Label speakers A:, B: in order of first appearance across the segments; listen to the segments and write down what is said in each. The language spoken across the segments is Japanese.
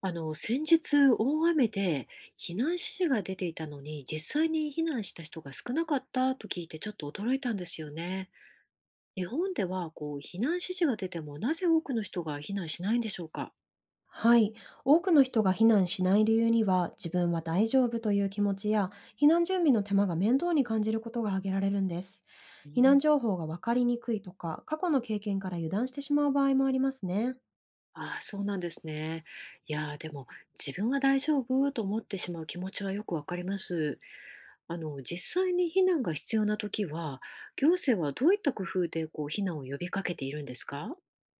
A: 先日大雨で避難指示が出ていたのに、実際に避難した人が少なかったと聞いてちょっと驚いたんですよね。日本ではこう避難指示が出てもなぜ多くの人が避難しないんでしょうか。
B: はい。多くの人が避難しない理由には、自分は大丈夫という気持ちや、避難準備の手間が面倒に感じることが挙げられるんです。
A: う
B: 避難
A: ん。
B: 情報が分かりにくいとか、過去の経験から油断してしまう場合もありますね。
A: ああ、そうなんですね。いやー、でも自分は大丈夫と思ってしまう気持ちはよくわかります。実際に避難が必要な時は、行政はどういった工夫でこう避難を呼びかけているんですか。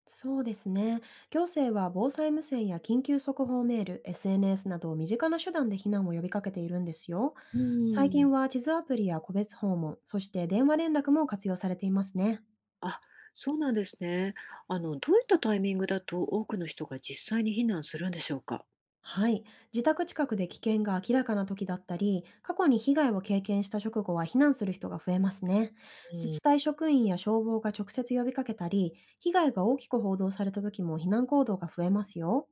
B: そうですね。行政は防災無線や緊急速報メール、SNS など身近な手段で避難を呼びかけているんですよ。
A: う
B: 最近
A: ん。
B: は地図アプリや個別訪問、そして電話連絡も活用されていますね。
A: あ、そうなんですね。どういったタイミングだと多くの人が実際に避難するんでしょうか？
B: はい。自宅近くで危険が明らかな時だったり、過去に被害を経験した直後は避難する人が増えますね。
A: う
B: 自
A: ん。
B: 治体職員や消防が直接呼びかけたり、被害が大きく報道された時も避難行動が増えますよ。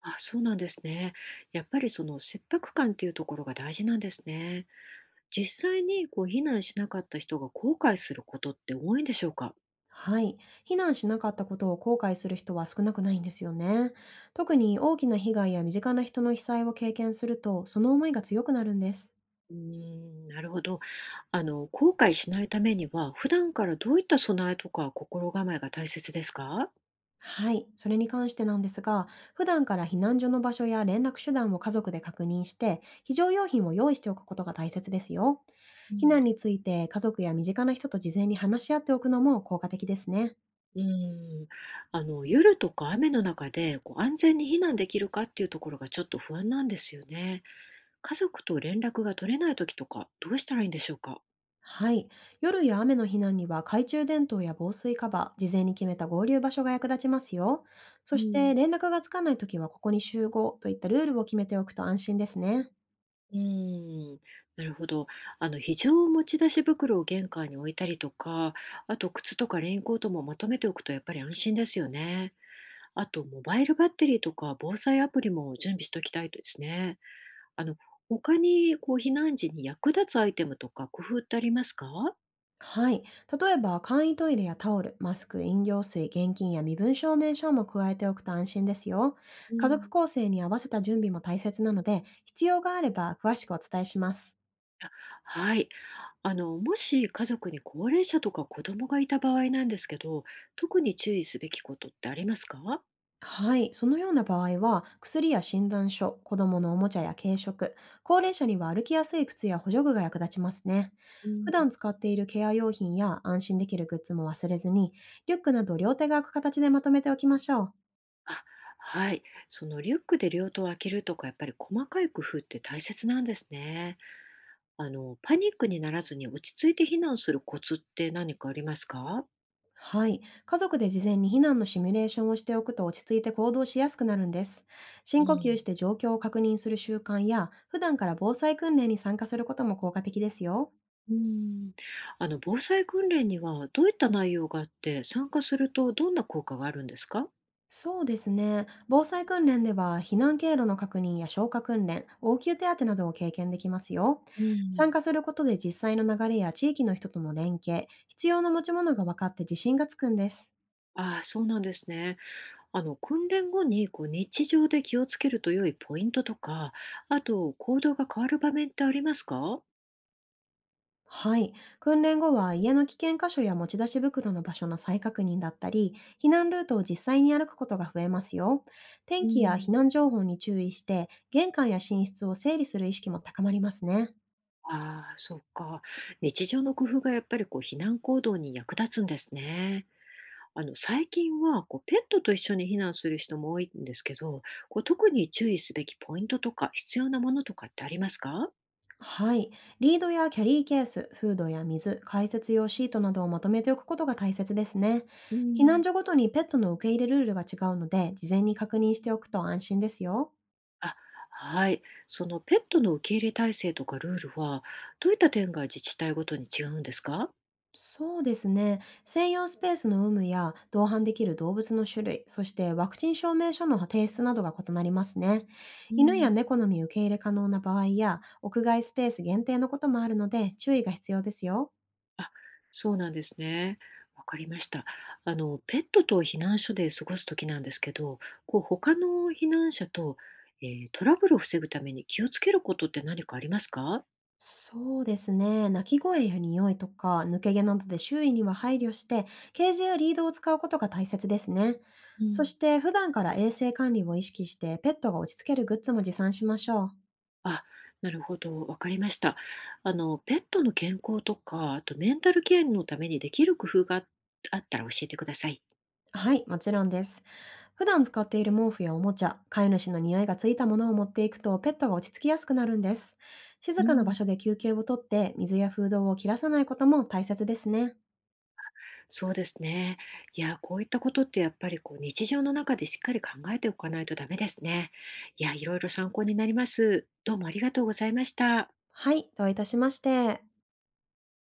A: あ、そうなんですね。やっぱりその切迫感っていうところが大事なんですね。実際にこう避難しなかった人が後悔することって多いんでしょうか？
B: はい。避難しなかったことを後悔する人は少なくないんですよね。特に大きな被害や身近な人の被災を経験すると、その思いが強くなるんです。
A: うーん、なるほど。後悔しないためには、普段からどういった備えとか心構えが大切ですか？
B: はい、それに関してなんですが、普段から避難所の場所や連絡手段を家族で確認して、非常用品を用意しておくことが大切ですよ。
A: う
B: 避難
A: ん。
B: について家族や身近な人と事前に話し合っておくのも効果的ですね。
A: うーん。夜とか雨の中で、こう、安全に避難できるかっていうところがちょっと不安なんですよね。家族と連絡が取れない時とか、どうしたらいいんでしょうか？
B: はい。夜や雨の避難には懐中電灯や防水カバー、事前に決めた合流場所が役立ちますよ。そ
A: う
B: して
A: ん。
B: 連絡がつかないときは、ここに集合といったルールを決めておくと安心ですね。
A: うーん、なるほど。非常持ち出し袋を玄関に置いたりとか、あと靴とかレインコートもまとめておくとやっぱり安心ですよね。あとモバイルバッテリーとか防災アプリも準備しておきたいですね。あの、他にこう避難時に役立つアイテムとか工夫ってありますか？
B: はい。例えば、簡易トイレやタオル、マスク、飲料水、現金や身分証明書も加えておくと安心ですよ。
A: う
B: 家族
A: ん。
B: 構成に合わせた準備も大切なので、必要があれば詳しくお伝えします。
A: あ、はい。もし家族に高齢者とか子供がいた場合なんですけど、特に注意すべきことってありますか？
B: はい。そのような場合は、薬や診断書、子供のおもちゃや軽食、高齢者には歩きやすい靴や補助具が役立ちますね。
A: う
B: 普
A: ん。
B: 段使っているケア用品や安心できるグッズも忘れずに、リュックなど両手が空く形でまとめておきましょう。
A: あ、はい。そのリュックで両手を開けるとか、やっぱり細かい工夫って大切なんですね。パニックにならずに落ち着いて避難するコツって何かありますか？
B: はい。家族で事前に避難のシミュレーションをしておくと、落ち着いて行動しやすくなるんです。
A: う
B: 深呼吸
A: ん。
B: して状況を確認する習慣や、普段から防災訓練に参加することも効果的ですよ。
A: うん。防災訓練にはどういった内容があって、参加するとどんな効果があるんですか？
B: そうですね。防災訓練では、避難経路の確認や消火訓練、応急手当などを経験できますよ。
A: う
B: 参
A: ん。
B: 加することで実際の流れや地域の人との連携、必要な持ち物が分かって自信がつくんです。
A: ああ、そうなんですね。訓練後にこう日常で気をつけると良いポイントとか、あと行動が変わる場面ってありますか？
B: はい。訓練後は家の危険箇所や持ち出し袋の場所の再確認だったり、避難ルートを実際に歩くことが増えますよ。天
A: う
B: 気や避
A: ん。
B: 難情報に注意して、玄関や寝室を整理する意識も高まりますね。
A: ああ、そうか。日常の工夫がやっぱりこう避難行動に役立つんですね。最近はこうペットと一緒に避難する人も多いんですけど、こう特に注意すべきポイントとか必要なものとかってありますか？
B: はい。リードやキャリーケース、フードや水、解説用シートなどをまとめておくことが大切ですね。
A: う
B: 避難
A: ん。
B: 所ごとにペットの受け入れルールが違うので、事前に確認しておくと安心ですよ。
A: あ、はい。そのペットの受け入れ体制とかルールはどういった点が自治体ごとに違うんですか？
B: そうですね。専用スペースの有無や同伴できる動物の種類、そしてワクチン証明書の提出などが異なりますね。
A: う
B: 犬や
A: ん。
B: 猫のみ受け入れ可能な場合や、屋外スペース限定のこともあるので、注意が必要ですよ。
A: あ、そうなんですね。わかりました。ペットと避難所で過ごすときなんですけど、こう他の避難者と、トラブルを防ぐために気をつけることって何かありますか？
B: そうですね。鳴き声や匂いとか抜け毛などで周囲には配慮して、ケージやリードを使うことが大切ですね。
A: う
B: そ
A: ん。
B: して普段から衛生管理を意識して、ペットが落ち着けるグッズも持参しましょう。
A: あ、なるほど、わかりました。ペットの健康とか、あとメンタルケアのためにできる工夫があったら教えてください。
B: はい、もちろんです。普段使っている毛布やおもちゃ、飼い主の匂いがついたものを持っていくと、ペットが落ち着きやすくなるんです。静
A: う
B: かな場
A: ん。
B: 所で休憩をとって、水やフードを切らさないことも大切ですね。
A: そうですね。いや、こういったことってやっぱりこう日常の中でしっかり考えておかないとダメですね。いや、いろいろ参考になります。どうもありがとうございました。
B: はい、どういたしまして。